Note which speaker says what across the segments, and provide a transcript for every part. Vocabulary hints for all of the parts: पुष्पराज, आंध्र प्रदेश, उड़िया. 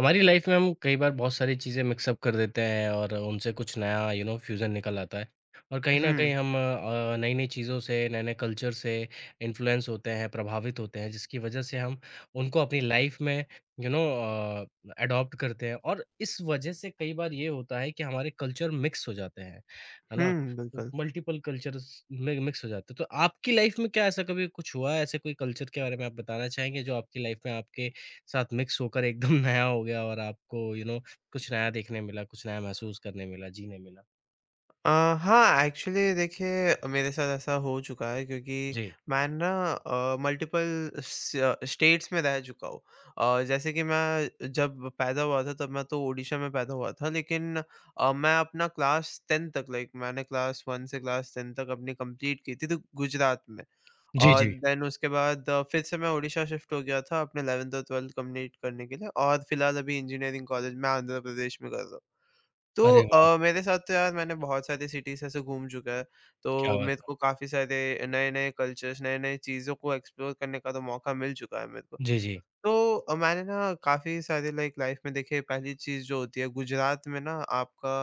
Speaker 1: हमारी life में हम कई बार बहुत सारी चीज़ें mix up कर देते हैं और उनसे कुछ नया फ्यूज़न निकल आता है और कहीं न कहीं
Speaker 2: हुँ,
Speaker 1: हम नई नई चीज़ों से नए-नए कल्चर से इन्फ्लुएंस होते हैं, प्रभावित होते हैं जिसकी वज़ह से हम उनको अपनी लाइफ में यू नो एडॉप्ट करते हैं और इस वज़ह से कई बार ये होता है कि हमारे कल्चर मिक्स हो जाते हैं, है ना?
Speaker 2: हुँ,
Speaker 1: तो
Speaker 2: बिल्कुल।
Speaker 1: मल्टीपल कल्चर्स में मिक्स हो जाते हैं। तो आपकी लाइफ में क्या ऐसा कभी कुछ हुआ है? ऐसे कोई कल्चर के बारे में आप बताना चाहेंगे जो आपकी लाइफ में आपके साथ मिक्स होकर एकदम नया हो गया और आपको कुछ नया देखने मिला, कुछ नया महसूस करने मिला, जीने मिला।
Speaker 2: अ, हाँ, एक्चुअली देखिए मेरे साथ ऐसा हो चुका है क्योंकि
Speaker 1: जी।
Speaker 2: मैं ना मल्टीपल स स्टेट्स में रह चुका हूँ। जैसे कि मैं जब पैदा हुआ था तब मैं तो ओडिशा में पैदा हुआ था, लेकिन मैं अपना क्लास 10 तक लाइक मैंने क्लास 1 से क्लास 10 तक अपनी कंप्लीट की थी तो गुजरात में।
Speaker 1: जी,
Speaker 2: और
Speaker 1: जी।
Speaker 2: देन उसके बाद फिर से मैं ओडिशा शिफ्ट हो गया था अपने 11th और 12th कंप्लीट करने के लिए और फिलहाल अभी इंजीनियरिंग कॉलेज मैं आंध्र प्रदेश में कर रहा हूँ। तो
Speaker 1: अरे वाह!
Speaker 2: मेरे साथ तो यार मैंने बहुत सारी सिटीज़ ऐसे घूम चुका है, तो
Speaker 1: क्या
Speaker 2: मेरे
Speaker 1: बात
Speaker 2: को काफ़ी सारे नए-नए कल्चर्स, नए-नए चीज़ों को एक्सप्लोर करने का तो मौका मिल चुका है मेरे को।
Speaker 1: है। जी, जी।
Speaker 2: तो मैंने ना काफ़ी सारे लाइक लाइफ में देखिए पहली चीज़ जो होती है गुजरात में ना आपका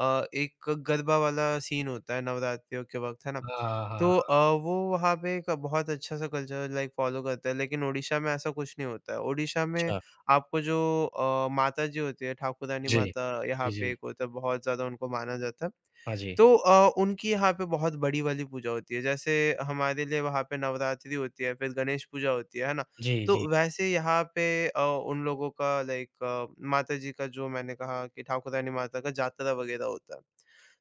Speaker 2: एक गरबा वाला सीन होता है नवरात्रियों के वक़्त, है ना?
Speaker 1: हाँ, हाँ, हाँ,
Speaker 2: तो
Speaker 1: हाँ।
Speaker 2: वो वहाँ पे एक बहुत अच्छा सा कल्चर लाइक फ़ॉलो करता है, लेकिन ओडिशा में ऐसा कुछ नहीं होता है। ओडिशा में
Speaker 1: अच्छा।
Speaker 2: आपको जो माता जी होती है, ठाकुरानी
Speaker 1: जी।
Speaker 2: माता
Speaker 1: जी,
Speaker 2: यहाँ
Speaker 1: जी।
Speaker 2: पे एक होता है, बहुत ज़्यादा उनको माना जाता है।
Speaker 1: हाँ जी।
Speaker 2: तो उनकी यहाँ पे बहुत बड़ी वाली पूजा होती है। जैसे हमारे लिए वहाँ पे नवरात्रि होती है, फिर गणेश पूजा होती है ना?
Speaker 1: जी,
Speaker 2: तो
Speaker 1: जी।
Speaker 2: वैसे यहाँ पे उन लोगों का लाइक माताजी का जो मैंने कहा कि ठाकुरानी माता का जातरा वगैरह होता है।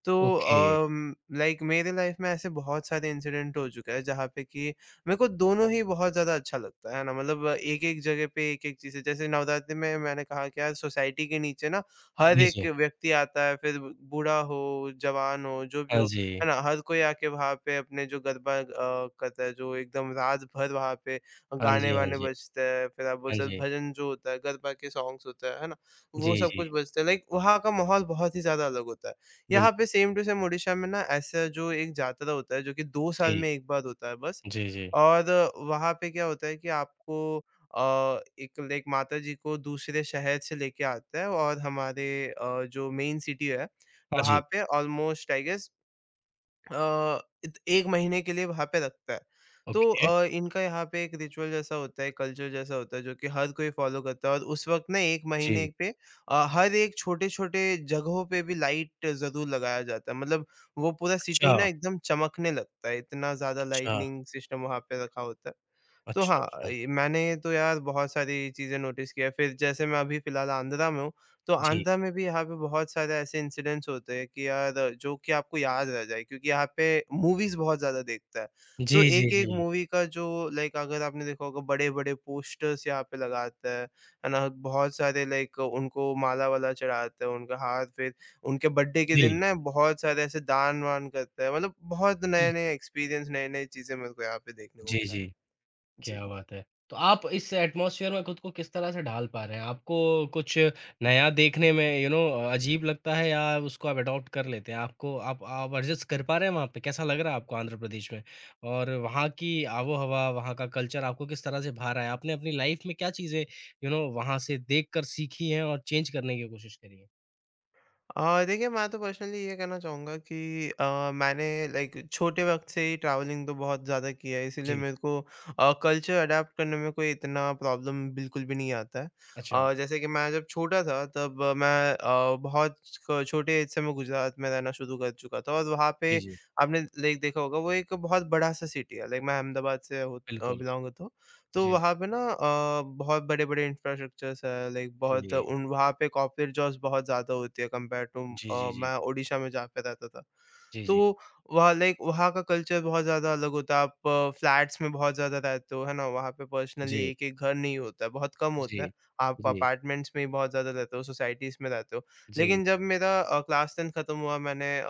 Speaker 2: तो
Speaker 1: ओके।
Speaker 2: लाइक मेरे लाइफ में ऐसे बहुत सारे इंसिडेंट हो चुके हैं जहाँ पे कि मेरे को दोनों ही बहुत ज़्यादा अच्छा लगता है ना, मतलब एक-एक जगह पे एक-एक चीज़ें, जैसे नवरात्रि में मैंने कहा कि यार सोसाइटी के नीचे ना हर
Speaker 1: जी,
Speaker 2: एक
Speaker 1: जी।
Speaker 2: व्यक्ति आता है, फिर बूढ़ा हो, जवान हो, जो भी
Speaker 1: हाँ
Speaker 2: हो,
Speaker 1: जी।
Speaker 2: है ना? हर कोई आके वहाँ पे अपने जो गरबा करता है, जो एकदम रात भर वहाँ पे
Speaker 1: हाँ जी, हाँ
Speaker 2: गाने-वाने
Speaker 1: जी।
Speaker 2: बजते हैं, फिर आप बोल
Speaker 1: हाँ
Speaker 2: सकते
Speaker 1: जी।
Speaker 2: हैं भजन जो होता है, गरबा के सॉन्ग्स होते हैं, है ना?
Speaker 1: जी,
Speaker 2: वो सब
Speaker 1: जी।
Speaker 2: कुछ बजते हैं, लाइक वहाँ का माहौल बहुत ही ज़्यादा अलग होता है। यहाँ
Speaker 1: बिल्कुल।
Speaker 2: पे सेम टू सेम उड़ीसा में ना ऐसा जो एक जातरा होता है, जो कि 2 साल
Speaker 1: जी।
Speaker 2: में एक बार होता है बस।
Speaker 1: जी, जी।
Speaker 2: और वहाँ पे क्या होता है कि आपको एक लाइक माता जी को दूसरे शहर से लेके आते हैं और हमारे जो मेन सिटी है,
Speaker 1: हाँ
Speaker 2: वहाँ
Speaker 1: जी।
Speaker 2: पे ऑलमोस्ट आई गेस अ, इत 1 महीने के लिए वहाँ पे रखता है। तो
Speaker 1: ओके।
Speaker 2: इनका यहाँ पे एक रिचुअल जैसा होता है, कल्चर जैसा होता है, जो कि हर कोई फॉलो करता है और उस वक़्त ना 1
Speaker 1: जी।
Speaker 2: महीने पे हर एक छोटे-छोटे जगहों पे भी लाइट ज़रूर लगाया जाता है। मतलब वो पूरा
Speaker 1: अच्छा,
Speaker 2: सिटी ना एकदम चमकने लगता है, इतना ज़्यादा
Speaker 1: अच्छा,
Speaker 2: लाइटनिंग सिस्टम वहाँ पे रखा होता है। तो
Speaker 1: अच्छा,
Speaker 2: हाँ,
Speaker 1: अच्छा।
Speaker 2: ये मैंने तो यार बहुत सारी चीज़ें नोटिस किया है। फिर जैसे मैं अभी फ़िलहाल आंध्रा में हूँ, तो
Speaker 1: जी।
Speaker 2: आंध्रा में भी यहाँ पे बहुत सारे ऐसे इंसिडेंट्स होते हैं कि यार जो कि आपको याद रह जाए, क्योंकि यहाँ पे मूवीज़ बहुत ज़्यादा देखता है। तो
Speaker 1: जी, जी, जी।
Speaker 2: एक-एक मूवी का जो लाइक अगर आपने देखा होगा बड़े-बड़े पोस्टर्स यहाँ पे लगाता है ना? बहुत सारे लाइक उनको माला-वाला चढ़ाते हैं, उनका हार, फिर उनके बर्थडे के
Speaker 1: जी।
Speaker 2: दिन ना बहुत सारे ऐसे दान-वान करते हैं, मतलब बहुत
Speaker 1: जी, जी।
Speaker 2: नए-नए एक्सपीरियंस, नए-नए चीज़ें मेरे को यहाँ पे देखने को
Speaker 1: जी,
Speaker 2: मिला है।
Speaker 1: जी।
Speaker 2: जी।
Speaker 1: क्या बात है! तो आप इस एटमॉस्फियर में खुद को किस तरह से ढाल पा रहे हैं? आपको कुछ नया देखने में अजीब लगता है या उसको आप अडॉप्ट कर लेते हैं? आपको आप एडजस्ट कर पा रहे हैं वहाँ पे? कैसा लग रहा है आपको आंध्र प्रदेश में? और वहाँ की आबो-हवा, वहाँ का कल्चर आपको किस तरह से भा रहा है? आपने अपनी लाइफ में क्या चीज़ें वहाँ से देख कर सीखी हैं और चेंज करने की कोशिश करी है?
Speaker 2: देखिए मैं तो पर्सनली ये कहना चाहूँगा कि मैंने लाइक छोटे वक़्त से ही ट्रैवलिंग तो बहुत ज़्यादा किया है, इसीलिए
Speaker 1: जी,
Speaker 2: मेरे को कल्चर अडैप्ट करने में कोई इतना प्रॉब्लम बिल्कुल भी नहीं आता है।
Speaker 1: अच्छा।
Speaker 2: जैसे कि मैं जब छोटा था तब मैं बहुत क छोटे एज से मैं गुजरात में रहना शुरू कर चुका था और वहाँ
Speaker 1: जी,
Speaker 2: पे
Speaker 1: जी,
Speaker 2: आपने लाइक देखा होगा वो एक बहुत बड़ा-सा सिटी है। लाइक मैं अहमदाबाद से
Speaker 1: बिल्कुल।
Speaker 2: बिलॉन्ग करता हूँ। तो
Speaker 1: जी,
Speaker 2: वहाँ पे ना बहुत बड़े-बड़े इंफ्रास्ट्रक्चर्स है, लाइक
Speaker 1: जी,
Speaker 2: बहुत
Speaker 1: जी,
Speaker 2: उन वहाँ पे कॉर्पोरेट जॉब्स बहुत ज़्यादा होती है कंपेयर टू
Speaker 1: जी, जी, जी,
Speaker 2: मैं ओडिशा में जहाँ पे रहता था। तो
Speaker 1: जी,
Speaker 2: वहाँ लाइक वहाँ का कल्चर बहुत ज़्यादा अलग होता है, आप फ्लैट्स में बहुत ज़्यादा रहते हो, है ना? वहाँ पे पर्सनली
Speaker 1: जी,
Speaker 2: एक-एक घर नहीं होता है, बहुत कम होता
Speaker 1: जी,
Speaker 2: है। आप
Speaker 1: जी,
Speaker 2: अपार्टमेंट्स में ही बहुत ज़्यादा रहते हो, सोसाइटीज़ में रहते हो।
Speaker 1: जी, जी,
Speaker 2: लेकिन जब मेरा क्लास 10 खत्म हुआ, मैंने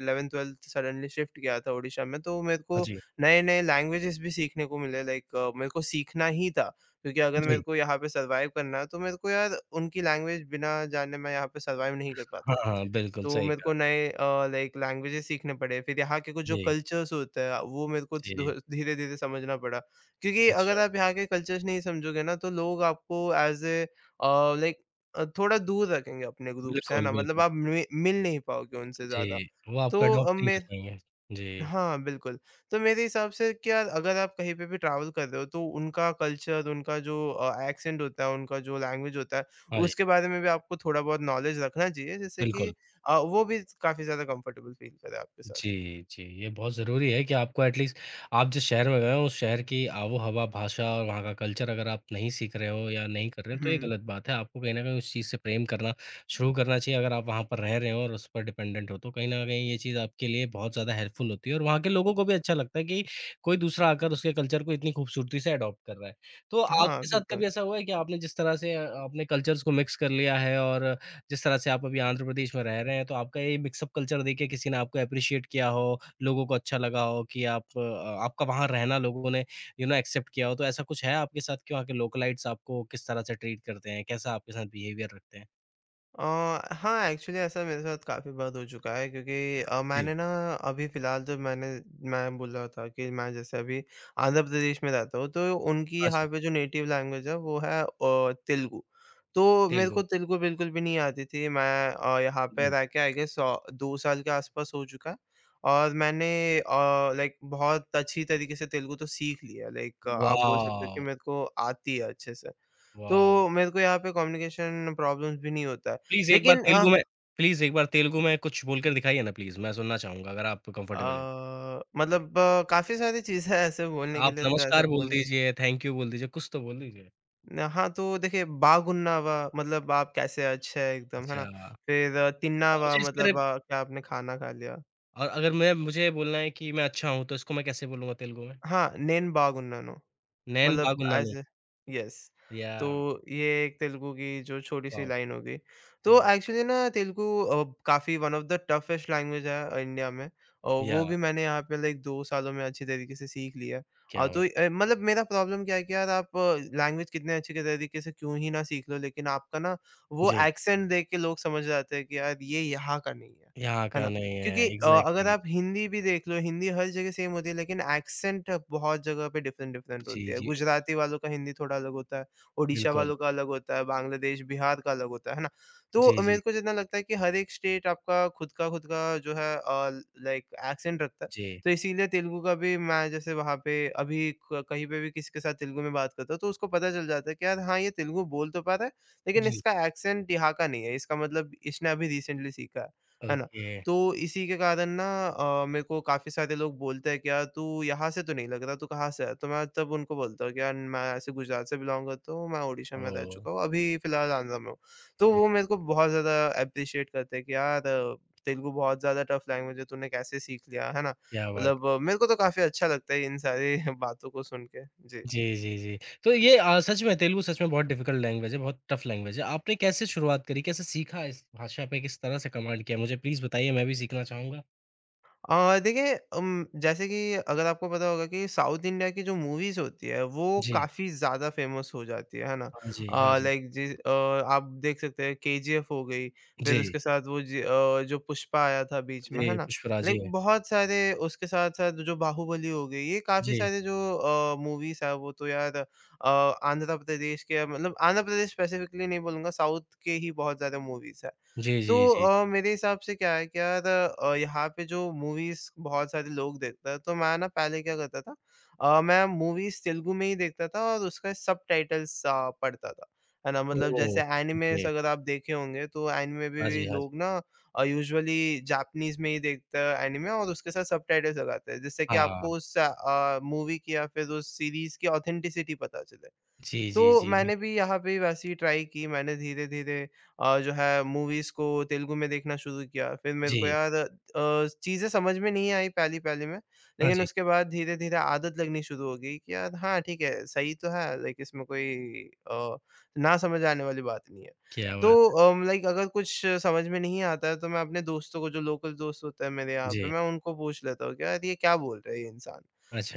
Speaker 2: 11th-12th सडनली शिफ्ट किया था ओडिशा में, तो मेरे
Speaker 1: हाँ
Speaker 2: को
Speaker 1: जी,
Speaker 2: नए-नए लैंग्वेजेज़ भी सीखने को मिले, लाइक मेरे को सीखना ही था, क्योंकि अगर मेरे
Speaker 1: जी।
Speaker 2: को यहाँ पे सर्वाइव करना है, तो मेरे को यार उनकी लैंग्वेज बिना जाने मैं यहाँ पे सर्वाइव नहीं कर
Speaker 1: हाँ,
Speaker 2: पाता।
Speaker 1: हाँ, बिल्कुल
Speaker 2: तो
Speaker 1: सही
Speaker 2: मेरे
Speaker 1: कहा।
Speaker 2: को नए लाइक लैंग्वेजेज़ सीखने पड़े, फिर यहाँ के कुछ जो
Speaker 1: जी,
Speaker 2: कल्चर्स होते हैं, वो मेरे को धो
Speaker 1: जी।
Speaker 2: धीरे-धीरे समझना पड़ा। क्योंकि अगर
Speaker 1: अच्छा,
Speaker 2: आप यहाँ के कल्चर्स नहीं समझोगे ना, तो लोग आपको एज़ ए लाइक थोड़ा दूर रखेंगे अपने ग्रुप से, है
Speaker 1: बिल्कुल,
Speaker 2: ना? मतलब
Speaker 1: बिल्कुल।
Speaker 2: आप मि मिल नहीं पाओगे उनसे
Speaker 1: जी,
Speaker 2: ज़्यादा।
Speaker 1: वो
Speaker 2: तो
Speaker 1: आपको
Speaker 2: अ,
Speaker 1: अडॉप्ट नहीं कर
Speaker 2: मे
Speaker 1: पाएँगे। जी,
Speaker 2: हाँ, बिल्कुल। तो मेरे हिसाब से क्या, अगर आप कहीं पे भी ट्रैवल कर रहे हो, तो उनका कल्चर, उनका जो एक्सेंट होता है, उनका जो लैंग्वेज होता है,
Speaker 1: हाँ जी,
Speaker 2: उसके बारे में भी आपको थोड़ा बहुत नॉलेज रखना चाहिए, जिससे कि
Speaker 1: बिल्कुल।
Speaker 2: वो भी काफ़ी ज़्यादा कंफर्टेबल फ़ील करे आपके साथ।
Speaker 1: जी, जी। ये बहुत ज़रूरी है कि आपको एटलीस्ट आप जिस शहर में गए हो, उस शहर की आबो-हवा, भाषा और वहाँ का कल्चर अगर आप नहीं सीख रहे हो या नहीं कर रहे हो, तो
Speaker 2: हुँ।
Speaker 1: ये गलत बात है। आपको कहीं न कहीं उस चीज़ से प्रेम करना शुरू करना चाहिए अगर आप वहाँ पर रह रहे हो और उस पर डिपेंडेंट हो, तो कहीं न कहीं ये चीज़ आपके लिए बहुत ज़्यादा हेल्पफुल होती है और वहाँ के लोगों को भी अच्छा लगता है कि कोई दूसरा आकर उसके कल्चर को इतनी खूबसूरती से अडॉप्ट कर रहा है। तो
Speaker 2: हाँ,
Speaker 1: आपके साथ
Speaker 2: बिल्कुल।
Speaker 1: कभी ऐसा हुआ है कि आपने जिस तरह से आपने कल्चर्स को मिक्स कर लिया है और जिस तरह से आप अभी आंध्र प्रदेश में रह रहे हैं, तो आपका ये मिक्सअप कल्चर देख के किसी ने आपको एप्रिशिएट किया हो, लोगों को अच्छा लगा हो कि आपका वहाँ रहना लोगों ने एक्सेप्ट किया हो, तो ऐसा कुछ है आपके साथ कि वहाँ के लोकलाइट्स आपको किस तरह से ट्रीट करते हैं? कैसा आपके साथ बिहेवियर रखते हैं?
Speaker 2: अ, हाँ, एक्चुअली ऐसा मेरे साथ काफ़ी बार हो चुका है, क्योंकि
Speaker 1: जी।
Speaker 2: मैंने ना अभी फ़िलहाल जो मैंने मैं बोल रहा था कि मैं जैसे अभी आंध्र प्रदेश में रहता हूँ, तो उनकी
Speaker 1: हाँ जी,
Speaker 2: यहाँ पे जो नेटिव लैंग्वेज है वो है तेलुगु। तो मेरे
Speaker 1: तेलुगु।
Speaker 2: को तेलुगु बिल्कुल भी नहीं आती थी। मैं यहाँ पे
Speaker 1: जी।
Speaker 2: रह के आई गेस 2 साल के आसपास हो चुका है और मैंने लाइक बहुत अच्छी तरीके से तेलुगु तो सीख लिया। लाइक आप बोल सकते हो कि
Speaker 1: वॉव!
Speaker 2: मेरे को आती है अच्छे से।
Speaker 1: वॉव!
Speaker 2: तो मेरे को यहाँ पे कम्युनिकेशन प्रॉब्लम्स भी नहीं होता है।
Speaker 1: प्लीज़ एक बार
Speaker 2: लेकिन
Speaker 1: तेलुगु में प्लीज़ एक बार तेलुगु में कुछ बोलकर दिखाइए ना प्लीज़, मैं सुनना चाहूँगा अगर आप कंफर्टेबल हैं।
Speaker 2: मतलब काफ़ी सारी चीज़ें हैं ऐसे बोलने के
Speaker 1: आप
Speaker 2: लिए, तो ऐसा
Speaker 1: नमस्कार बोल
Speaker 2: बोल
Speaker 1: दीजिए, थैंक यू बोल दीजिए, कुछ तो बोल दीजिए।
Speaker 2: हाँ, तो देखिए बागुन्नावा मतलब आप कैसे अच्छे हैं एकदम, है ना?
Speaker 1: अच्छा,
Speaker 2: फिर
Speaker 1: और
Speaker 2: तिन्नावा
Speaker 1: मुझे इस पर
Speaker 2: मतलब क्या आपने खाना खा लिया?
Speaker 1: और अगर मैं मुझे बोलना है कि मैं अच्छा हूँ, तो इसको मैं कैसे बोलूँगा तेलुगु में?
Speaker 2: हाँ, नेन बागुन्नानो।
Speaker 1: नेन
Speaker 2: मतलब
Speaker 1: बागुन्नानु
Speaker 2: एज़ अ यस। तो
Speaker 1: याह!
Speaker 2: ये एक तेलुगु की जो छोटी-सी
Speaker 1: वाओ!
Speaker 2: लाइन हो गई। तो
Speaker 1: वाओ!
Speaker 2: एक्चुअली ना तेलुगु काफ़ी one of the toughest language है इंडिया में। और वो
Speaker 1: याह!
Speaker 2: भी मैंने यहाँ पे लाइक 2 सालों में अच्छी तरीके से सीख लिया।
Speaker 1: क्या बात
Speaker 2: तो
Speaker 1: है।
Speaker 2: मतलब मेरा प्रॉब्लम क्या है कि यार आप लैंग्वेज कितने अच्छे के तरीके से क्यों ही ना सीख लो, लेकिन आपका ना वो
Speaker 1: जी,
Speaker 2: एक्सेंट देख के लोग समझ जाते हैं कि यार ये यहाँ का नहीं है।
Speaker 1: यहाँ
Speaker 2: है
Speaker 1: का
Speaker 2: ना?
Speaker 1: नहीं
Speaker 2: क्योंकि
Speaker 1: है,
Speaker 2: अगर
Speaker 1: एग्ज़ैक्टली।
Speaker 2: आप हिंदी भी देख लो, हिंदी हर जगह सेम होती है, लेकिन एक्सेंट बहुत जगह पे डिफरेंट-डिफरेंट
Speaker 1: जी,
Speaker 2: होती है।
Speaker 1: जी।
Speaker 2: गुजराती वालों का हिंदी थोड़ा अलग होता है, ओडिशा
Speaker 1: बिल्कुल।
Speaker 2: वालों का अलग होता है, बांग्लादेश, बिहार का अलग होता है ना?
Speaker 1: जी,
Speaker 2: तो मेरे
Speaker 1: जी,
Speaker 2: को जितना लगता है कि हर एक स्टेट आपका खुद का जो है लाइक एक्सेंट रखता है।
Speaker 1: जी।
Speaker 2: तो इसीलिए तेलुगु का भी मैं जैसे वहाँ पे अभी क कहीं पे भी किसी के साथ तेलुगु में बात करता हूँ तो उसको पता चल जाता है कि यार हाँ, ये तेलुगु बोल तो पा रहा है, लेकिन
Speaker 1: जी।
Speaker 2: इसका एक्सेंट यहाँ का नहीं है। इसका मतलब इसने अभी रिसेंटली सीखा है। है ना?
Speaker 1: ओके।
Speaker 2: तो इसी के कारण ना मेरे को काफ़ी सारे लोग बोलते हैं कि यार तू यहाँ से तो नहीं लग रहा, तू कहाँ से है? तो मैं तब उनको बोलता हूँ कि यार मैं ऐसे गुजरात से बिलॉन्ग करता हूँ, मैं ओडिशा में रह
Speaker 1: ओह!
Speaker 2: चुका हूँ, अभी फ़िलहाल आंध्र में हूँ। तो वो मेरे को बहुत ज़्यादा एप्रिशिएट करते हैं कि यार तेलुगु बहुत ज़्यादा टफ लैंग्वेज है, तूने कैसे सीख लिया? है ना?
Speaker 1: क्या बात
Speaker 2: मतलब
Speaker 1: है।
Speaker 2: मेरे को तो काफ़ी अच्छा लगता है इन सारी बातों को सुन के। जी।
Speaker 1: जी, जी, जी। तो ये सच में बहुत डिफ़िकल्ट लैंग्वेज है, बहुत टफ़ लैंग्वेज है। आपने कैसे शुरुआत करी? कैसे सीखा इस भाषा पे? किस तरह से कमांड किया? मुझे प्लीज़ बताइए, मैं भी सीखना चाहूँगा।
Speaker 2: देखिए जैसे कि अगर आपको पता होगा कि साउथ इंडिया की जो मूवीज़ होती है वो
Speaker 1: जी।
Speaker 2: काफ़ी ज़्यादा फ़ेमस हो जाती है ना?
Speaker 1: हाँ जी, हाँ जी।
Speaker 2: लाइक आप देख सकते हैं केजीएफ हो गई,
Speaker 1: जी।
Speaker 2: फिर उसके साथ वो जो पुष्पा आया था बीच में, है
Speaker 1: जी,
Speaker 2: ना?
Speaker 1: पुष्पराज जी
Speaker 2: लाइक
Speaker 1: हैं।
Speaker 2: बहुत सारे उसके साथ-साथ जो बाहुबली हो गई, ये काफ़ी
Speaker 1: जी।
Speaker 2: सारे जो मूवीज़ है वो तो यार आंध्र प्रदेश के मतलब आंध्र प्रदेश स्पेसिफ़िकली नहीं बोलूँगा, साउथ के ही बहुत ज़्यादा मूवीज़ है।
Speaker 1: जी,
Speaker 2: तो
Speaker 1: जी, जी।
Speaker 2: मेरे हिसाब से क्या है कि यार यहाँ पे जो मूवीज़ बहुत सारे लोग देखते हैं, तो मैं ना पहले क्या करता था मैं मूवीज़ तेलुगु में ही देखता था और उसका सबटाइटल्स पढ़ता था, है ना? मतलब
Speaker 1: ओह!
Speaker 2: जैसे एनिमेस
Speaker 1: ओके।
Speaker 2: अगर आप देखे होंगे, तो एनिमे भी
Speaker 1: हाँ
Speaker 2: भी
Speaker 1: जी, हाँ जी।
Speaker 2: लोग ना यूजुअली जापनीज़ में ही देखते हैं एनिमे और उसके साथ सबटाइटल्स लगाते हैं, जिससे कि
Speaker 1: हाँ।
Speaker 2: आपको उस मूवी की या फिर उस सीरीज़ की ऑथेंटिसिटी पता चले।
Speaker 1: जी,
Speaker 2: तो
Speaker 1: जी, जी,
Speaker 2: मैंने
Speaker 1: बिल्कुल।
Speaker 2: भी यहाँ पे वैसे ही ट्राई की, मैंने धीरे-धीरे जो है मूवीज़ को तेलुगु में देखना शुरू किया। फिर मेरे को
Speaker 1: जी।
Speaker 2: यार चीज़ें समझ में नहीं आई पहली-पहली में,
Speaker 1: हाँ
Speaker 2: लेकिन
Speaker 1: जी।
Speaker 2: उसके बाद धीरे-धीरे आदत लगनी शुरू हो गई कि यार हाँ, ठीक है, सही तो है लाइक इसमें कोई अ, ना समझ आने वाली बात नहीं है।
Speaker 1: क्या
Speaker 2: तो
Speaker 1: बात है।
Speaker 2: लाइक अगर कुछ समझ में नहीं आता है तो मैं अपने दोस्तों को जो लोकल दोस्त होते हैं मेरे यहाँ पे,
Speaker 1: जी।
Speaker 2: मैं उनको पूछ लेता हूँ कि यार ये क्या बोल रहा है ये इंसान?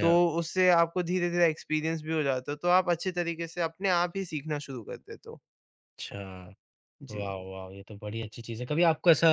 Speaker 2: तो उससे आपको धीरे-धीरे एक्सपीरियंस भी हो जाता है, तो आप अच्छे तरीके से अपने आप ही सीखना शुरू कर देते हो।
Speaker 1: अच्छा।
Speaker 2: जी।
Speaker 1: वाह! वाह! ये तो बड़ी अच्छी चीज़ है। कभी आपको ऐसा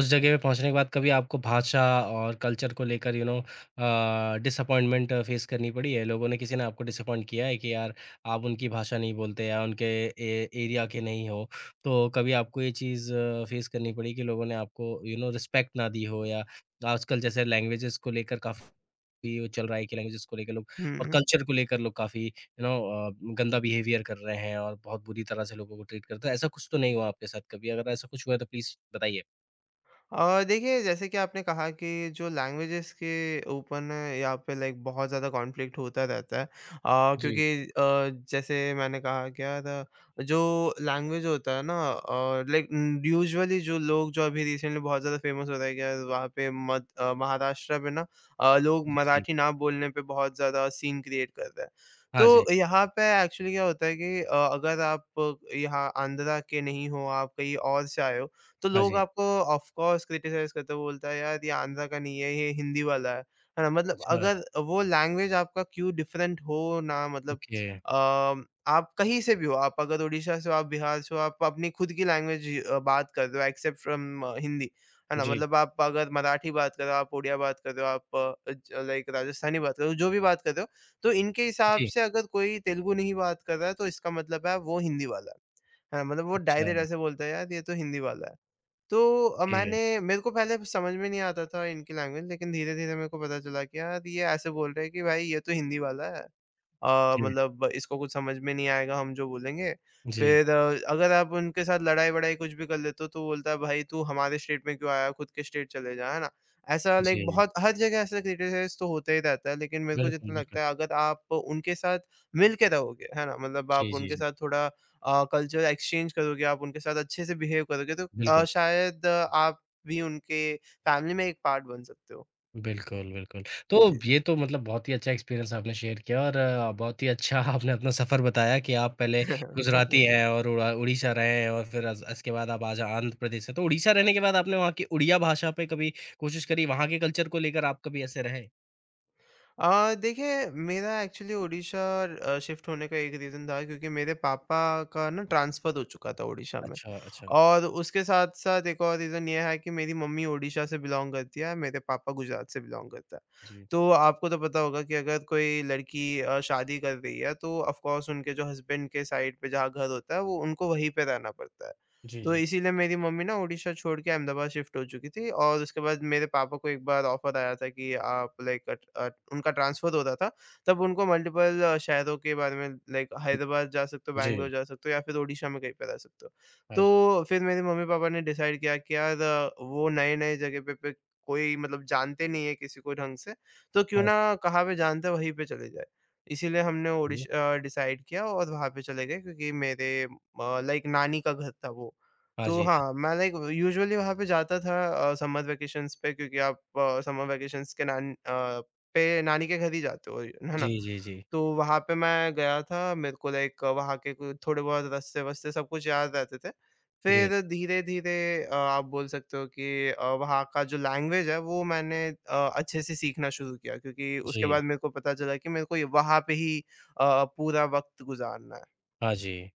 Speaker 1: उस जगह पे पहुँचने के बाद कभी आपको भाषा और कल्चर को लेकर डिसअपॉइंटमेंट फेस करनी पड़ी है? लोगों ने किसी ने आपको डिसअपॉइंट किया है कि यार आप उनकी भाषा नहीं बोलते या उनके ए एरिया के नहीं हो? तो कभी आपको ये चीज़ फेस करनी पड़ी कि लोगों ने आपको रिस्पेक्ट ना दी हो या आजकल जैसे लैंग्वेजेस को लेकर काफ़ी वो चल रहा है कि लैंग्वेजेस को लेकर लोग और
Speaker 2: हुँ।
Speaker 1: कल्चर को लेकर लोग काफ़ी यू नो अ, गंदा बिहेवियर कर रहे हैं और बहुत बुरी तरह से लोगों को ट्रीट करते हैं। ऐसा कुछ तो नहीं हुआ आपके साथ कभी? अगर ऐसा कुछ हुआ है तो प्लीज़ बताइए?
Speaker 2: देखिए जैसे कि आपने कहा कि जो लैंग्वेजेस के ऊपर ना यहाँ पे लाइक बहुत ज़्यादा कॉन्फ्लिक्ट होता रहता है
Speaker 1: जी।
Speaker 2: क्योंकि जैसे मैंने कहा क्या था जो लैंग्वेज होता है ना लाइक यूजुअली जो लोग जो अभी रिसेंटली बहुत ज़्यादा फेमस होता है क्या वहाँ पे महाराष्ट्र पे ना लोग
Speaker 1: जी, जी।
Speaker 2: मराठी ना बोलने पे बहुत ज़्यादा सीन क्रिएट कर रहे हैं
Speaker 1: हाँ
Speaker 2: तो
Speaker 1: जी,
Speaker 2: यहाँ पे एक्चुअली क्या होता है कि अगर आप यहाँ आंध्रा के नहीं हो आप कहीं और से आए हो तो
Speaker 1: हाँ
Speaker 2: लोग
Speaker 1: जी।
Speaker 2: आपको ऑफ कोर्स क्रिटिसाइज़ करते हैं, वो बोलता है यार ये आंध्रा का नहीं है, ये हिंदी वाला है। है ना? मतलब
Speaker 1: अच्छा,
Speaker 2: अगर वो लैंग्वेज आपका क्यों डिफरेंट हो ना मतलब
Speaker 1: ओके।
Speaker 2: अ, आप कहीं से भी हो, आप अगर ओडिशा से हो, आप बिहार से हो, आप अपनी खुद की लैंग्वेज बात कर रहे हो एक्सेप्ट फ्रॉम हिंदी। है ना?
Speaker 1: जी,
Speaker 2: मतलब आप अगर मराठी बात कर रहे हो, आप उड़िया बात कर रहे हो, आप अ, ज लाइक राजस्थानी बात कर रहे हो, जो भी बात कर रहे हो, तो इनके हिसाब
Speaker 1: जी।
Speaker 2: से अगर कोई तेलुगु नहीं बात कर रहा है, तो इसका मतलब है वो हिंदी वाला है। है ना? मतलब वो
Speaker 1: अच्छा,
Speaker 2: डायरेक्ट ऐसे बोलता है यार ये तो हिंदी वाला है। तो
Speaker 1: ओके।
Speaker 2: मैंने मेरे को पहले समझ में नहीं आता था इनकी लैंग्वेज लेकिन धीरे-धीरे मेरे को पता चला कि यार ये ऐसे बोल रहे हैं कि भाई ये तो हिंदी वाला है।
Speaker 1: जी,
Speaker 2: मतलब इसको कुछ समझ में नहीं आएगा हम जो बोलेंगे।
Speaker 1: जी,
Speaker 2: फिर अगर आप उनके साथ लड़ाई-वड़ाई कुछ भी कर लेते हो तो बोलता है भाई तू हमारे स्टेट में क्यों आया? खुद के स्टेट चले जा, है ना? ऐसा लाइक
Speaker 1: जी।
Speaker 2: बहुत हर जगह ऐसा क्रिटिसाइज़ तो होता ही रहता है लेकिन मेरे को
Speaker 1: बिल्कुल,
Speaker 2: जितना
Speaker 1: बिल्कुल।
Speaker 2: लगता है अगर आप उनके साथ मिल के रहोगे, है ना? मतलब
Speaker 1: जी,
Speaker 2: आप
Speaker 1: जी,
Speaker 2: उनके
Speaker 1: जी।
Speaker 2: साथ थोड़ा कल्चर एक्सचेंज करोगे, आप उनके साथ अच्छे से बिहेव करोगे तो
Speaker 1: बिल्कुल।
Speaker 2: शायद आप भी उनके फैमिली में एक पार्ट बन सकते हो।
Speaker 1: बिल्कुल, बिल्कुल। तो
Speaker 2: जी।
Speaker 1: ये तो मतलब बहुत ही अच्छा एक्सपीरियंस आपने शेयर किया और बहुत ही अच्छा आपने अपना सफ़र बताया कि आप पहले गुजराती
Speaker 2: बिल्कुल।
Speaker 1: हैं और उड़ा उड़ीसा रहे हैं और फिर अस इसके बाद आप आज आंध्र प्रदेश से। तो उड़ीसा रहने के बाद आपने वहाँ की उड़िया भाषा पे कभी कोशिश करी, वहाँ के कल्चर को लेकर आप कभी ऐसे रहे?
Speaker 2: देखिए मेरा एक्चुअली ओडिशा शिफ्ट होने का एक रीज़न था क्योंकि मेरे पापा का ना ट्रांसफ़र हो चुका था ओडिशा में।
Speaker 1: अच्छा, अच्छा।
Speaker 2: और उसके साथ-साथ एक और रीज़न ये है कि मेरी मम्मी ओडिशा से बिलॉन्ग करती है, मेरे पापा गुजरात से बिलॉन्ग करता है।
Speaker 1: जी।
Speaker 2: तो आपको तो पता होगा कि अगर कोई लड़की शादी कर रही है तो ऑफ़ कोर्स उनके जो हस्बैंड के साइड पे जहाँ घर होता है वो उनको वहीं पे रहना पड़ता है।
Speaker 1: जी,
Speaker 2: तो
Speaker 1: जी।
Speaker 2: इसीलिए मेरी मम्मी ना उड़ीसा छोड़ के अहमदाबाद शिफ्ट हो चुकी थी और उसके बाद मेरे पापा को एक बार ऑफर आया था कि आप लाइक उनका ट्रांसफर हो रहा था तब उनको मल्टीपल शहरों के बारे में लाइक
Speaker 1: उ,
Speaker 2: हैदराबाद जा सकते हो
Speaker 1: जी।
Speaker 2: बैंगलोर जा सकते हो या फिर उड़ीसा में कहीं पे रह सकते हो
Speaker 1: हाँ जी।
Speaker 2: तो फिर मेरे मम्मी पापा ने डिसाइड किया कि यार वो नए नए जगह पे कोई मतलब जानते नहीं है किसी को ढंग से तो क्यों
Speaker 1: हाँ
Speaker 2: ना कहाँ पे जानते हैं, वहीं पे चले जाए इसीलिए हमने
Speaker 1: जी।
Speaker 2: उड़ीसा डिसाइड किया और वहाँ पे चले गए क्योंकि मेरे लाइक नानी का घर था वो
Speaker 1: हाँ
Speaker 2: तो
Speaker 1: जी, हाँ।
Speaker 2: हाँ, मैं लाइक यूजुअली वहाँ पे जाता था समर वैकेशंस पे क्योंकि आप समर वैकेशंस के पे नानी के घर ही जाते हो, है
Speaker 1: जी,
Speaker 2: ना?
Speaker 1: जी, जी।
Speaker 2: तो वहाँ पे मैं गया था, मेरे को लाइक वहाँ के कोई थोड़े बहुत रास्ते-वास्ते सब कुछ याद रहते थे।
Speaker 1: जी,
Speaker 2: फिर धीरे-धीरे आप बोल सकते हो कि वहाँ का जो लैंग्वेज है वो मैंने अच्छे से सीखना शुरू किया क्योंकि उसके
Speaker 1: जी।
Speaker 2: बाद मेरे को पता चला कि मेरे को ये वहाँ पे ही पूरा वक़्त गुज़ारना है।
Speaker 1: हाँ जी।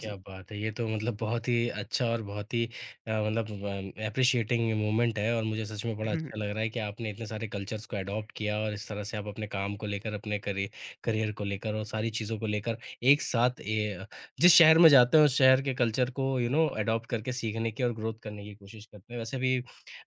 Speaker 2: जी।
Speaker 1: बात है! ये तो मतलब बहुत ही अच्छा और बहुत ही मतलब ब एप्रिशिएटिंग मोमेंट है और मुझे सच में बड़ा अच्छा लग रहा है कि आपने इतने सारे कल्चर्स को एडॉप्ट किया और इस तरह से आप अपने काम को लेकर, अपने करियर को लेकर और सारी चीज़ों को लेकर एक साथ ए जिस शहर में जाते हैं, उस शहर के कल्चर को एडॉप्ट करके सीखने की और ग्रोथ करने की कोशिश करते हैं। वैसे भी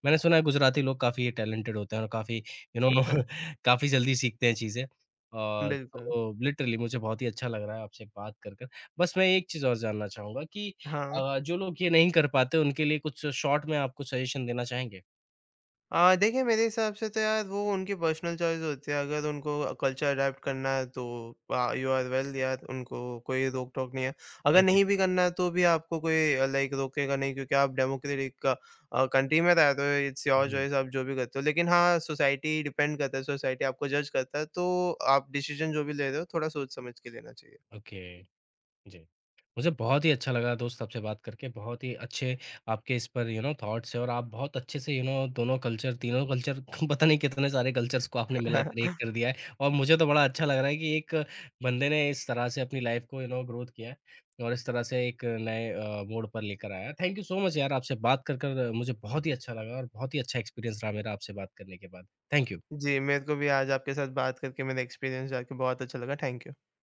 Speaker 1: मैंने सुना है गुजराती लोग काफ़ी टैलेंटेड होते हैं और काफ़ी यू नो काफ़ी जल्दी सीखते हैं चीज़ें। और
Speaker 2: बिल्कुल।
Speaker 1: तो लिटरली मुझे बहुत ही अच्छा लग रहा है आपसे बात कर। बस मैं एक चीज़ और जानना चाहूँगा कि
Speaker 2: हाँ।
Speaker 1: जो लोग ये नहीं कर पाते उनके लिए कुछ शॉर्ट में आपको सजेशन देना चाहेंगे?
Speaker 2: देखिए मेरे हिसाब से तो यार वो उनकी पर्सनल चॉइस होती है, अगर उनको कल्चर अडैप्ट करना है तो यू आर वेल यार उनको कोई रोक-टोक नहीं है। अगर
Speaker 1: ओके,
Speaker 2: नहीं भी करना है तो भी आपको कोई लाइक रोकेगा नहीं क्योंकि आप डेमोक्रेटिक कंट्री में रहते हो, इट्स योर
Speaker 1: जी,
Speaker 2: चॉइस आप जो भी करते हो। लेकिन हाँ, सोसाइटी डिपेंड करता है, सोसाइटी आपको जज करता है तो आप डिसीजन जो भी ले रहे हो थोड़ा सोच-समझ के लेना चाहिए।
Speaker 1: ओके। जी। मुझे बहुत ही अच्छा लगा दोस्त आपसे बात करके, बहुत ही अच्छे आपके इस पर थॉट्स हैं और आप बहुत अच्छे से दोनों कल्चर, तीनों कल्चर पता नहीं कितने सारे कल्चर्स को आपने मिलाकर एक कर दिया है और मुझे तो बड़ा अच्छा लग रहा है कि एक बंदे ने इस तरह से अपनी लाइफ को ग्रोथ किया है और इस तरह से एक नए मोड़ पर लेकर आया है। थैंक यू सो मच यार आपसे बात कर मुझे बहुत ही अच्छा लगा और बहुत ही अच्छा एक्सपीरियंस रहा मेरा आपसे बात करने के बाद। Thank you.
Speaker 2: जी, मेरे को भी आज आपके साथ बात करके मेरा एक्सपीरियंस जान के बहुत अच्छा लगा, थैंक यू।